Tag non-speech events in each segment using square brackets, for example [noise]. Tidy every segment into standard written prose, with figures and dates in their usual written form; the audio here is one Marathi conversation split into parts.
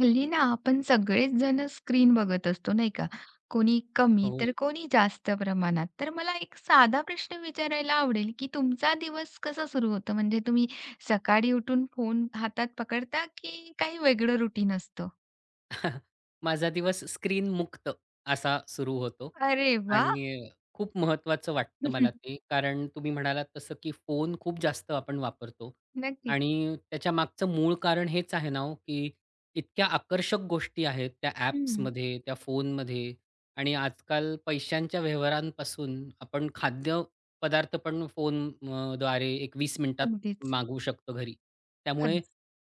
हल्ली ना आपण सगळेच जण स्क्रीन बघत असतो नाही का? कोणी कमी हो. तर कोणी जास्त प्रमाणात. तर मला एक साधा प्रश्न विचारायला आवडेल, की तुमचा दिवस कसा सुरू होतो? म्हणजे तुम्ही सकाळी उठून फोन हातात पकडता की काही वेगळं रुटीन असतं? [laughs] माझा दिवस स्क्रीन मुक्त असा सुरू होतो अरे आणि वाह! खूप महत्त्वाचं वाटतं मला ते. [laughs] कारण तुम्ही म्हणालात तसं, की फोन खूप जास्त आपण वापरतो नक्कीच. आणि त्याच्या मागचं मूळ कारण हेच आहे ना हो, की इतक्या आकर्षक गोष्टी आहेत त्या हं. ॲप्समध्ये, त्या फोनमध्ये आणि आजकाल पैशांच्या व्यवहारांपासून आपण खाद्यपदार्थ पण एक 20 मिनिटात अगदीच. मागवू शकतो घरी. त्यामुळे खरंच.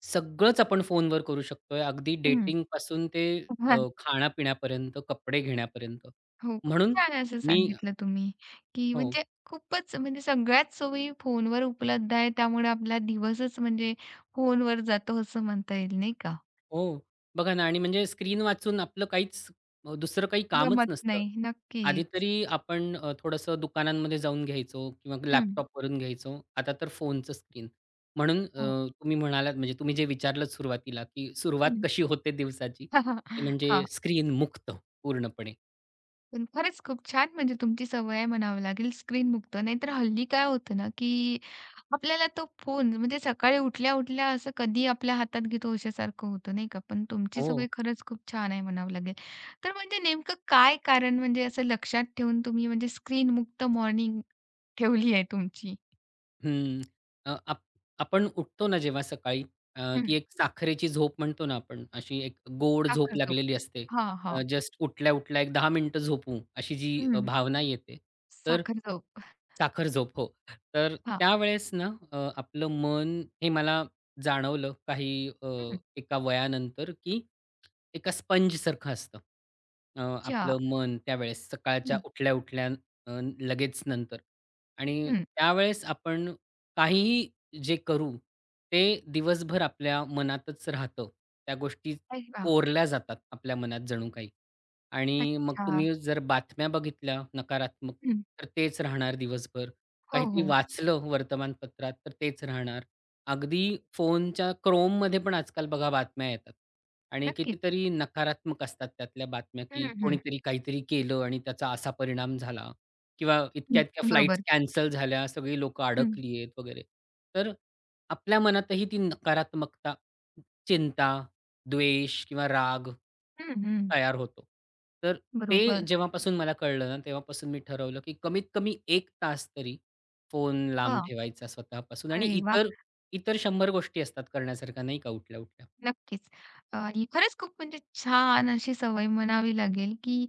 सगळंच आपण फोनवर करू शकतोय. अगदी हं. डेटिंगपासून ते [laughs] खाण्यापिण्यापर्यंत, कपडे घेण्यापर्यंत. हो, खूप म्हणून छान असं मी सांगितलं तुम्ही, की हो, म्हणजे खूपच म्हणजे सगळ्याच सोयी फोनवर उपलब्ध आहे. त्यामुळे आपला दिवसच म्हणजे फोनवर जातो असं म्हणता येईल नाही का? हो. बघा ना आणि म्हणजे स्क्रीन वाचून आपलं दुसरं काही कामच जमत नसतं. नाही. आधी नक्कीच. तरी आपण थोडंसं दुकानांमध्ये जाऊन घ्यायचो किंवा हं. लॅपटॉपवरून घ्यायचो. आता तर फोनचं स्क्रीन. म्हणून हो. तुम्ही म्हणालात म्हणजे तुम्ही जे विचारलंत सुरुवातीला, की सुरुवात हं. कशी होते दिवसाची? हां. ती म्हणजे [laughs] स्क्रीन मुक्त पूर्णपणे. पण खरंच खूप छान म्हणजे तुमची सवय आहे म्हणावं लागेल स्क्रीनमुक्त. नाहीतर हल्ली काय होतं ना, की आपल्याला तो फोन म्हणजे सकाळी उठल्या-उठल्या असं कधी आपल्या हातात घेतो अशासारखं होतं नाही का? पण तुमची हो. सवय खरंच खूप छान आहे म्हणावं लागेल. तर म्हणजे नेमकं काय कारण म्हणजे असं लक्षात ठेवून तुम्ही म्हणजे स्क्रीनमुक्त मॉर्निंग ठेवली आहे तुमची? हं. अ, आप आपण उठतो ना जेव्हा सकाळी हं. ती एक साखरेची झोप म्हणतो ना आपण, अशी एक गोड झोप साखर झोप. लागलेली असते. हां, हां. जस्ट उठल्या-उठल्या एक 10 मिनिटं झोपू अशी जी हं. भावना येते. तर साखर झोप. साखर झोप हो. तर हां. त्यावेळेस ना आपलं मन हे मला जाणवलं अ, हं. एका वयानंतर, की एका स्पंजसारखं असतं. अच्छा. आपलं मन त्यावेळेस सकाळच्या हं. उठल्या-उठल्या लगेच नंतर आणि हं. त्यावेळेस आपण काहीही जे करू, ते दिवसभर आपल्या मनातच राहतं. त्या गोष्टी अरे वाह! कोरल्या जातात आपल्या मनात जणू काही. आणि मग अच्छा. तुम्ही जर बातम्या बघितल्या नकारात्मक, हं. तर तेच राहणार दिवसभर. हो, काहीतरी हो. वाचलं वर्तमानपत्रात, तर तेच राहणार. अगदी फोनच्या Chromeमध्ये पण आजकाल बघा बातम्या येतात आणि नक्कीच. कितीतरी नकारात्मक असतात त्यातल्या बातम्या, हं, की हं. कोणीतरी काहीतरी केलं आणि त्याचा असा परिणाम झाला. किंवा हं, इतक्या-इतक्या फ्लाइट्स बरोबर. कॅन्सल झाल्या, सगळी लोकं हं, अडकली आहेत वगैरे. तर आपल्या मनातही ती नकारात्मकता, चिंता, द्वेष किंवा राग हं, हं. तयार होतो. तर ते बरोबर. जेव्हापासून मला कळलं ना, तेव्हापासून मी ठरवलं, की कमीत कमी 1 तास तरी फोन लांब हां. ठेवायचा स्वतःपासून आणि अरे इतर वाह! इतर 100 गोष्टी असतात करण्यासारख्या नाही का उठल्या-उठल्या. नक्कीच. ही खरंच खूप म्हणजे छान अशी सवय म्हणावी लागेल, की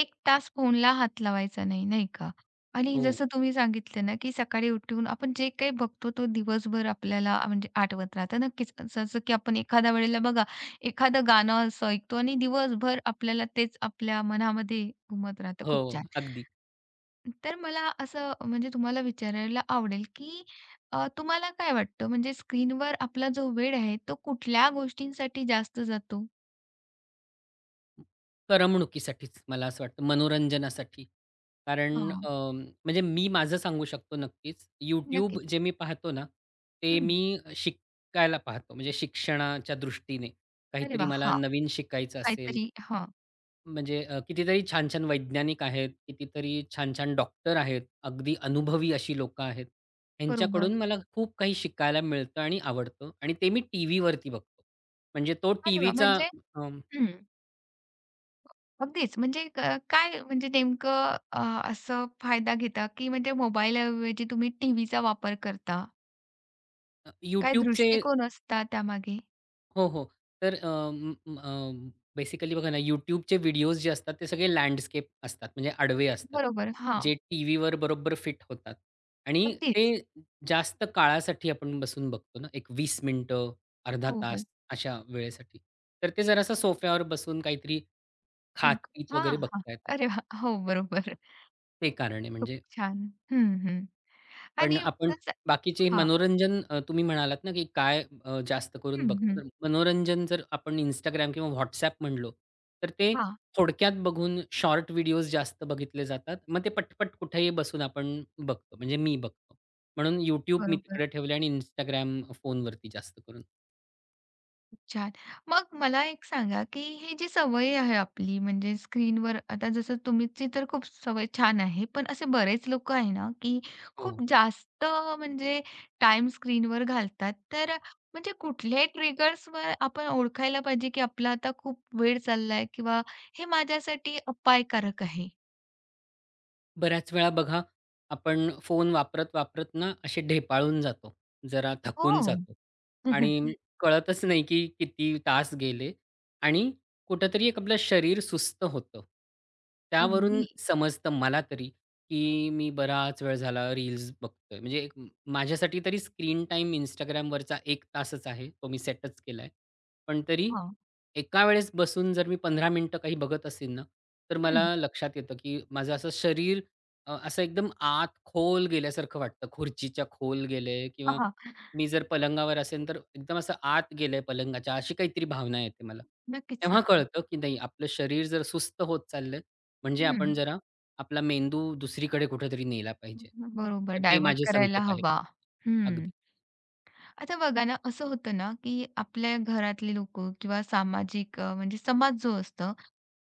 एक तास फोनला हात लावायचा नाही, नाही का? आणि हो, जसं तुम्ही सांगितलं ना, की सकाळी उठून आपण जे काही बघतो तो दिवसभर आपल्याला म्हणजे आठवत राहतं. नक्कीच जसं की आपण एखाद्या वेळेला बघा, एखादं गाणं असं ऐकतो आणि दिवसभर आपल्याला तेच आपल्या मनामध्ये घुमत राहतं. हो, खूप छान. अगदी. तर मला असं म्हणजे तुम्हाला विचारायला आवडेल, की तुम्हाला काय वाटतं म्हणजे स्क्रीनवर आपला जो वेळ आहे तो कुठल्या गोष्टींसाठी जास्त जातो? करमणुकीसाठीच मला असं वाटतं, मनोरंजनासाठी. कारण हां, म्हणजे मी माझं सांगू शकतो नक्कीच. YouTube नक्कीच. जे मी पाहतो ना, ते हं. मी शिकायला पाहतो. म्हणजे शिक्षणाच्या दृष्टीने अरे काहीतरी वाह! मला हां, नवीन शिकायचं असेल, काहीतरी हां, म्हणजे कितीतरी छान-छान वैज्ञानिक आहेत, कितीतरी छान-छान डॉक्टर आहेत, अगदी अनुभवी अशी लोकं आहेत. बरोबर. ह्यांच्याकडून मला खूप काही शिकायला मिळतं आणि आवडतं आणि ते मी टीव्हीवरती बघतो. म्हणजे तो अरे वाह! टीव्हीचा म्हणजे अ, हं, अगदीच म्हणजे काय म्हणजे नेमकं असं फायदा घेता, की म्हणजे मोबाईलऐवजी तुम्ही टीव्हीचा वापर करता? काय YouTubeचे दृष्टिकोन असता त्यामागे? हो, हो. तर बेसिकली बघा ना, YouTubeचे व्हिडिओज जे असतात, ते सगळे लँडस्केप असतात, म्हणजे आडवे असतात. बरोबर. हां, जे टीव्हीवर बरोबर फिट होतात आणि ते अगदीच. जास्त काळासाठी आपण बसून बघतो ना, एक 20 मिनिटं, अर्धा हो, हो. तास अशा वेळेसाठी. तर ते जरासं सोफ्यावर बसून काहीतरी अन खात-पीत हां, वगैरे हां. बघता येतात. अरे वाह! हो, बरोबर. ते कारण आहे खूप म्हणजे छान. हं, हं. पण आणि आपण जसं बाकीचे हां. मनोरंजन तुम्ही म्हणालात ना, की काय जास्त करून हं, बघतो. हं. तर मनोरंजन जर आपण इंस्टाग्राम किंवा WhatsApp म्हणलो, तर ते हां, थोडक्यात बघून शॉर्ट व्हिडिओज जास्त बघितले जातात. मग ते पटपट कुठेही बसून आपण बघतो. म्हणजे मी बघतो. म्हणून YouTube मी बरोबर. तिकडे ठेवले आणि Instagram फोनवरती जास्त करून. खूप छान. मग मला एक सांगा, की ही जी सवय आहे आपली म्हणजे स्क्रीनवर आता जसं तुमची तर खूप सवय छान आहे. पण असे बरेच लोकं आहे ना, की हो. खूप जास्त म्हणजे टाईम स्क्रीनवर घालतात. तर म्हणजे कुठले ट्रिगर्सवर आपण ओळखायला पाहिजे, की आपला आता खूप वेळ चाललाय किंवा हे माझ्यासाठी अपायकारक आहे? बऱ्याच वेळा बघा, आपण फोन वापरत-वापरत ना असे ढेपाळून जातो, जरा थकून हो. जातो आणि [laughs] कळतच नाही की किती तास गेले आणि कुठेतरी एक आपलं शरीर सुस्त होतं. त्यावरून अगदी. समजतं मला तरी, की मी बराच वेळ झाला रील्स बघतोय. माझ्यासाठी तरी स्क्रीन टाईम Instagramवरचा 1 तासच आहे. तो मी सेटच केलाय. पण तरी हां. एका वेळेस बसून जर मी 15 मिनिटं काही बघत असेन ना, तर मला हं. लक्षात येतं की माझं असं शरीर असं एकदम आत खोल गेल्यासारखं वाटतं. खुर्चीच्या खोल गेले किंवा हां, मी जर पलंगावर असेन, तर एकदम असं आत गेलंय पलंगाच्या, अशी काहीतरी भावना येते मला. नक्कीच, तेव्हा नक्की. कळतं, की नाही आपलं शरीर जर सुस्त होत चाललंय, म्हणजे हं. आपण जरा आपला मेंदू दुसरीकडे कुठेतरी नेला पाहिजे. बरोबर तर ते डायव्हर्ट माझे करायला संकेत आहेत. हवा. अगदी. हं. आता बघा ना, असं होतं ना, की आपल्या घरातले लोकं किंवा सामाजिक म्हणजे समाज जो असतो,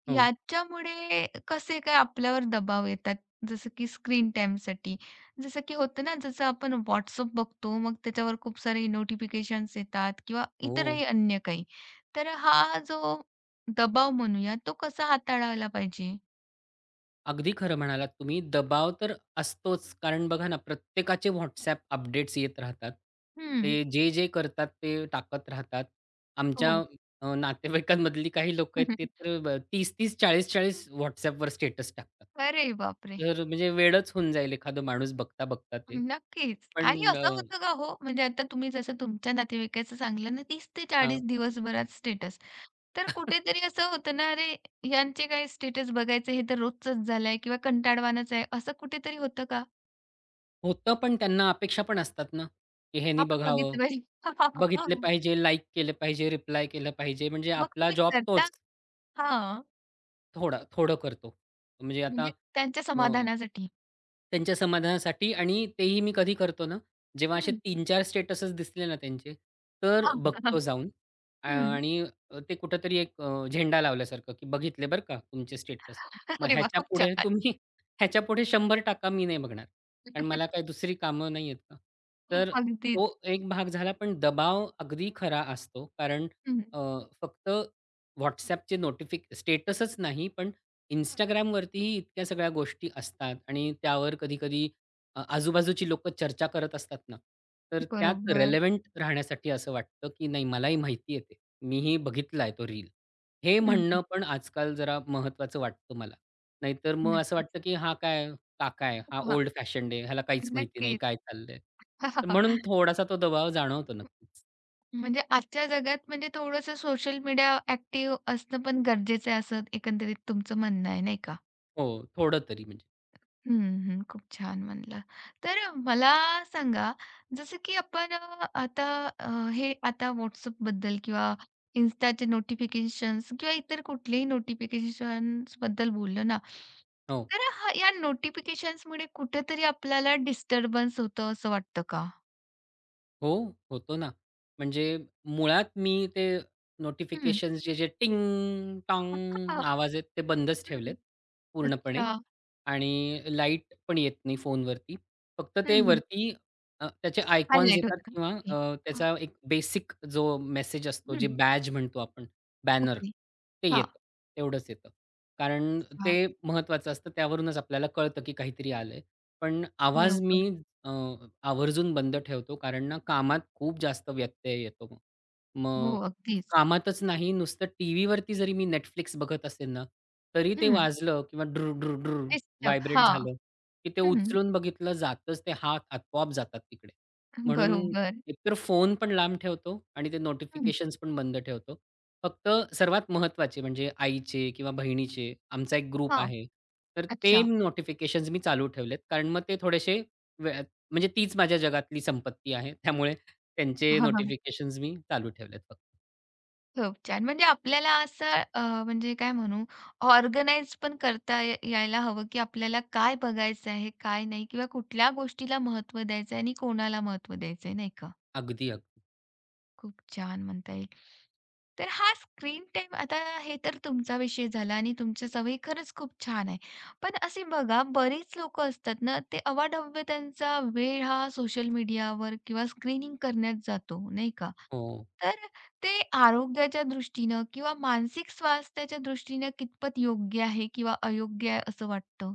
हो. याच्यामुळे कसे काय आपल्यावर दबाव येतात, जसं की स्क्रीन टाईमसाठी. जसं की होतं ना, जसं आपण WhatsApp बघतो, मग त्याच्यावर खूप सारे नोटिफिकेशन्स येतात किंवा हो. इतरही अन्य काही. तर हा जो दबाव म्हणूया, तो कसा हाताळायला पाहिजे? अगदी खरं म्हणालात तुम्ही. दबाव तर असतोच. कारण बघा ना, प्रत्येकाचे WhatsApp अपडेट्स येत राहतात. हं. ते जे-जे करतात ते टाकत राहतात. आमच्या हो. अ, नातेवाईकांमधली काही लोक आहेत ते [laughs] तर 30-30, 40-40 WhatsAppवर स्टेटस टाकतात. अरे बापरे! तर म्हणजे वेडच होऊन जाईल एखादा माणूस बघता-बघता ते. नक्कीच. आणि पण अ, असं होतं का हो, म्हणजे आता तुम्ही जसं तुमच्या नातेवाईकाचं सांगितलं ना 30 ते हां, 40 दिवसभरात स्टेटस. तर कुठेतरी असं होतं ना, "अरे, यांचे काय स्टेटस बघायचे, हे तर रोजचंच झालंय किंवा कंटाळवाणंच आहे." असं कुठेतरी होतं का? होतं पण त्यांना अपेक्षा पण असतात ना, की ह्यानी आपण बघावं, बघितलं पाहिजे. बघितले [laughs] पाहिजे, लाईक केलं पाहिजे, रिप्लाय केलं पाहिजे. म्हणजे मग आपला तुम्ही जॉब करता तोच. हां, थोडा थोडं करतो. म्हणजे आता म्हणजे त्यांच्या अ, समाधानासाठी. त्यांच्या समाधानासाठी आणि तेही मी कधी करतो ना, जेव्हा असे हं. 3-4 स्टेटसच दिसले ना त्यांचे, तर [laughs] हां. बघतो जाऊन अ, हं. आणि ते कुठेतरी एक झेंडा लावल्यासारखं, की बघितले बरं का तुमचे स्टेटस. मग अरे वाह! खूप ह्याच्यापुढे छान. तुम्ही [laughs] ह्याच्यापुढे 100 टाका, मी नाही बघणार. कारण मला [laughs] काही दुसरी कामं नाही आहेत ना. तर तो अगदीच. एक भाग झाला. पण दबाव अगदी खरा असतो. कारण हं. अ, फक्त WhatsAppचे नोटिफिक स्टेटसच नाही, पण Instagramवरतीही इतक्या सगळ्या गोष्टी असतात आणि त्यावर कधी-कधी आजूबाजूची लोकं चर्चा करत असतात ना, तर त्यात बरोबर. रेलेव्हंट राहण्यासाठी असं वाटतं, की नाही मलाही माहिती आहे ते. मीही बघितला आहे तो रील. हे हं, म्हणणं पण आजकाल जरा महत्त्वाचं वाटतं मला. नाहीतर मग असं नक्कीच. वाटतं, की हा काय काका आहे, हा हां, ओल्ड फॅशन्ड आहे, ह्याला काहीच माहिती नाही नक्कीच. काय चाललंय. तर म्हणून [laughs] थोडासा तो दबाव जाणवतो नक्कीच. म्हणजे आजच्या जगात म्हणजे थोडंसं सोशल मीडिया ॲक्टिव्ह असणं पण गरजेचं आहे, असं एकंदरीत तुमचं म्हणणं आहे, नाही का? हो, थोडं तरी म्हणजे. हं, हं. खूप छान म्हणलं. तर मला सांगा, जसं की आपण आता अ, हे आता WhatsAppबद्दल किंवा Instaचे नोटिफिकेशन्स किंवा इतर कुठलेही नोटिफिकेशन्सबद्दल बोललो ना, हो. तर हा या नोटिफिकेशन्समुळे कुठेतरी आपल्याला डिस्टर्बन्स होतं असं वाटतं का? हो, होतो ना. म्हणजे मुळात मी ते हं. नोटिफिकेशन्सचे जे जे टिंग टॉंग आवाज आहेत ते बंदच ठेवलेत [laughs] पूर्णपणे अच्छा. आणि लाईट पण येत नाही फोनवरती. फक्त ते हं, वरती त्याचे फार आयकॉन्स लेट येतात होतं का? किंवा ओके. हां. त्याचा एक बेसिक जो मेसेज असतो, जे हं. बॅज म्हणतो आपण, बॅनर ओके. ते हां. येतं. तेवढंच येतं. कारण हां. ते महत्त्वाचं असतं. त्यावरूनच आपल्याला कळतं की काहीतरी आलंय. पण आवाज बरोबर. मी अ, आवर्जून बंद ठेवतो कारण ना कामात खूप जास्त व्यत्यय येतो मग. हो, मग अगदीच. कामातच नाही नुसतं टीव्हीवरती जरी मी Netflix बघत असेल ना, तरी ते हं. वाजलं किंवा ड्रू डिस्टर्ब. व्हायब्रेट हां. झालं, की ते हं. उचलून बघितलं जातच ते हात आपोआप जातात तिकडे. म्हणून बरोबर. एकतर फोन पण लांब ठेवतो आणि ते हं. नोटिफिकेशन्स पण बंद ठेवतो. फक्त सर्वात महत्त्वाचे म्हणजे आईचे किंवा बहिणीचे आमचा एक ग्रुप हां. आहे. तर ते अच्छा. नोटिफिकेशन्स मी चालू ठेवलेत कारण मग ते थोडेसे म्हणजे तीच माझ्या जगातली संपत्ती आहे. त्यामुळे त्यांचे हां, हां. नोटिफिकेशन्स मी चालू ठेवलेत फक्त. खूप छान. म्हणजे आपल्याला असं म्हणजे काय म्हणू ऑर्गनाइज पण करता यायला हवं, की आपल्याला काय बघायचं आहे, काय नाही किंवा कुठल्या गोष्टीला महत्त्व द्यायचं आहे आणि कोणाला महत्त्व द्यायचं आहे, नाही का? अगदी, अगदी. खूप छान म्हणता येईल. तर हा स्क्रीन टाइम आता हे तर तुमचा विषय झाला आणि तुमच्या सवयी खरंच खूप छान आहे. पण असे बघा बरीच लोकं असतात ना, ते अवाढव्य त्यांचा वेळ हा सोशल मीडियावर किंवा स्क्रीनिंग करण्यात जातो, नाही का? हो. तर ते आरोग्याच्या दृष्टीनं किंवा मानसिक स्वास्थ्याच्या दृष्टीनं कितपत योग्य आहे किंवा अयोग्य आहे असं वाटतं?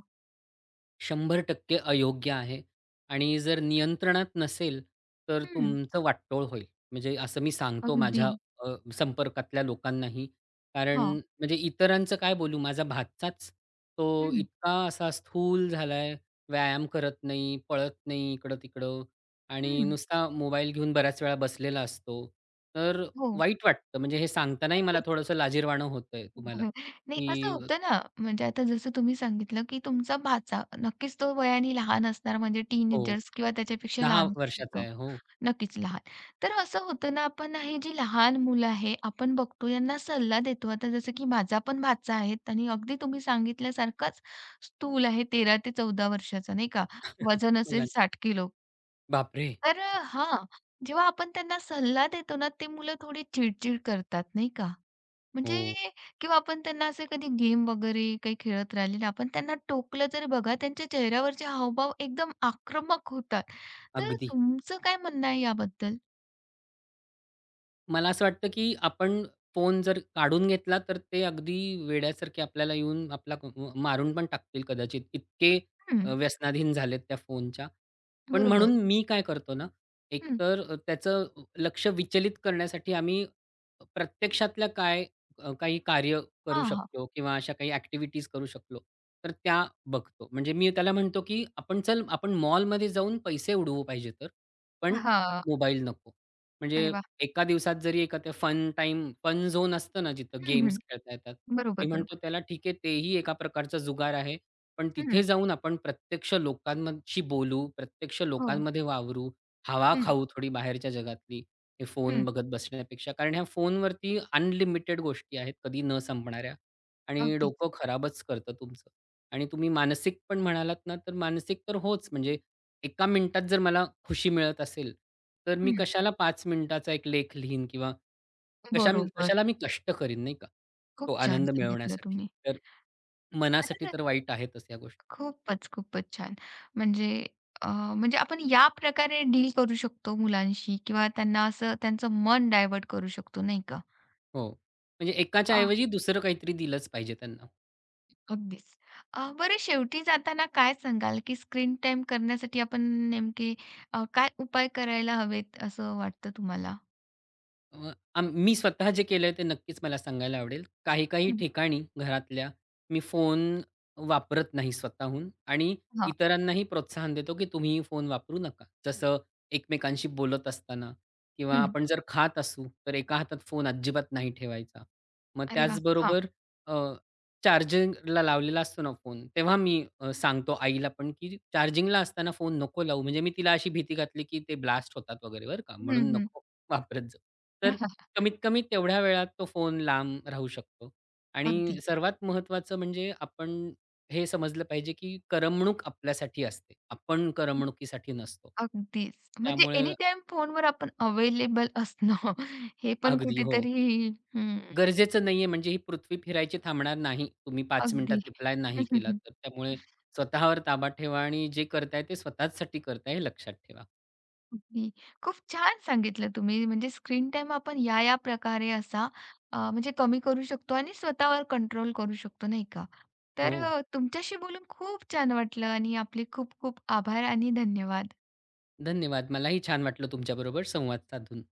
शंभर टक्के अयोग्य आहे आणि जर नियंत्रणात नसेल, तर हं, तुमचं वाटोळ होईल. म्हणजे असं मी सांगतो अगदी. माझ्या संपर्कातल्या लोकांनाही. कारण हां. म्हणजे इतरांचं काय बोलू? माझा भाच्याच तो हं, इतका असा स्थूल झालाय, व्यायाम करत नाही, पळत नाही इकडं-तिकडं आणि हं. नुसता मोबाईल घेऊन बऱ्याच वेळा बसलेला असतो. तर हो, वाईट वाटतं. म्हणजे हे सांगतानाही मला नक्कीच. थोडंसं लाजिरवाणं होतंय तुम्हाला, [laughs] नाही असं की होतं ना, म्हणजे आता जसं तुम्ही सांगितलं, की तुमचा भाचा नक्कीच तो वयाने लहान असणार म्हणजे हो, टीनेजर्स किंवा त्याच्यापेक्षा 10 लहान असू वर्षाचा शकतो. आहे. हो. नक्कीच लहान. तर असं होतं ना, आपण हे जी लहान मुलं आहे, आपण बघतो यांना सल्ला देतो. आता जसं की माझा पण भाचा आहे आणि अगदी तुम्ही सांगितल्यासारखाच स्थूल आहे 13 ते 14 वर्षाचा नाही का? [laughs] वजन असेल बघा. 60 किलो. बापरे! तर हां, जेव्हा आपण त्यांना सल्ला देतो ना, ते मुलं थोडी चिडचिड करतात नाही का? हो, म्हणजे किंवा आपण त्यांना असे कधी गेम वगैरे काही खेळत राहिलेलं आपण त्यांना टोकलं तरी बघा त्यांच्या चेहऱ्यावरचे हावभाव एकदम आक्रमक होतात. तर अगदी. तुमचं काय म्हणणं आहे याबद्दल? मला असं वाटतं, की आपण फोन जर काढून घेतला, तर ते अगदी वेड्यासारखे आपल्याला येऊन आपला क म मारून पण टाकतील कदाचित. इतके हं, अ, व्यसनाधीन झालेत त्या फोनच्या. पण बरोबर. म्हणून मी काय करतो ना, हं. एकतर त्याचं लक्ष विचलित करण्यासाठी आम्ही प्रत्यक्षातल्या काही कार्य करू हां, हां. शकतो किंवा अशा काही ॲक्टिव्हिटीज करू शकलो, तर त्या बघतो. म्हणजे मी त्याला म्हणतो, की आपण चल आपण मॉलमध्ये जाऊन पैसे उडवू पाहिजे तर, पण हां. मोबाईल नको. अरे म्हणजे वाह! एका दिवसात जरी एका ते फन टाइम फन झोन असतं ना जिथं हं, गेम्स हं. खेळता येतात. बरोबर, मी म्हणतो बरोबर. त्याला ठीक आहे तेही एका प्रकारचा जुगार आहे. पण तिथे हं. जाऊन आपण प्रत्यक्ष लोकांशी बोलू, प्रत्यक्ष हो. लोकांमध्ये वावरू, हवा हं, खाऊ थोडी बाहेरच्या जगातली, हे फोन हं. बघत बसण्यापेक्षा. कारण ह्या फोनवरती अनलिमिटेड गोष्टी आहेत कधी न संपणाऱ्या आणि अगदीच. डोकं खराबच करतं तुमचं. आणि तुम्ही मानसिक पण म्हणालात ना, तर मानसिक तर होच म्हणजे एका मिनिटात जर मला खुशी मिळत असेल, तर मी हं. कशाला 5 मिनिटाचा एक लेख लिहीन किंवा कशा बरोबर. कशाला मी कष्ट करीन नाही का, तो खूप छान आनंद सांगितलं मिळवण्यासाठी. तुम्ही. तर मनासाठी आता तर वाईट आहेतच या गोष्टी. खूपच, खूपच छान. म्हणजे अ, म्हणजे आपण या प्रकारे डील करू शकतो मुलांशी किंवा त्यांना असं त्यांचं मन डायव्हर्ट करू शकतो, नाही का? हो. म्हणजे एकाच्या अ, ऐवजी दुसरं काहीतरी दिलंच पाहिजे त्यांना. अगदीच. बरं शेवटी जाताना काय सांगाल, की स्क्रीन टाईम करण्यासाठी आपण नेमके काय उपाय करायला हवेत असं वाटतं तुम्हाला? अ, आम मी स्वतः जे केलंय ते नक्कीच मला सांगायला आवडेल. काही हं, ठिकाणी घरातल्या मी फोन वापरत नाही स्वतःहून आणि हां. इतरांनाही प्रोत्साहन देतो, की तुम्हीही फोन वापरू नका. जसं एकमेकांशी बोलत असताना किंवा हं. आपण जर खात असू, तर एका हातात फोन अजिबात नाही ठेवायचा. मग अरे वाह! हां. त्याचबरोबर चार्जिंगला लावलेला असतो ना फोन, तेव्हा मी सांगतो आईला पण, की चार्जिंगला असताना फोन नको लावू. म्हणजे मी तिला अशी भीती घातली, की ते ब्लास्ट होतात वगैरे बरं का, हं, म्हणून हं. नको. वापरत जाऊ. तर [laughs] हा, कमीत कमी तेवढ्या वेळात तो फोन लांब राहू शकतो अगदी. आणि सर्वात महत्त्वाचं म्हणजे आपण हे समजलं पाहिजे, की करमणूक आपल्यासाठी असते. आपण करमणुकीसाठी नसतो. अगदीच. म्हणजे त्यामुळे एनीटाईम फोनवर आपण अवेलेबल असणं [laughs] हे पण अगदी हो. कुठेतरी हं, गरजेचं नाहीये म्हणजे ही पृथ्वी फिरायची थांबणार नाही. तुम्ही 5 मिनिटात अगदी. रिप्लाय नाही केला [laughs] तर. त्यामुळे स्वतःवर ताबा ठेवा आणि जे करताय ते स्वतःचसाठी करताय हे लक्षात ठेवा. अगदी. खूप छान सांगितलं तुम्ही. म्हणजे स्क्रीन टाईम आपण या-या प्रकारे असा म्हणजे कमी करू शकतो आणि स्वतःवर कंट्रोल करू शकतो, नाही का? तर हो. तुमच्याशी बोलून खूप छान वाटलं आणि आपले खूप खूप आभार आणि धन्यवाद. धन्यवाद. मलाही छान वाटलं तुमच्याबरोबर संवाद साधून.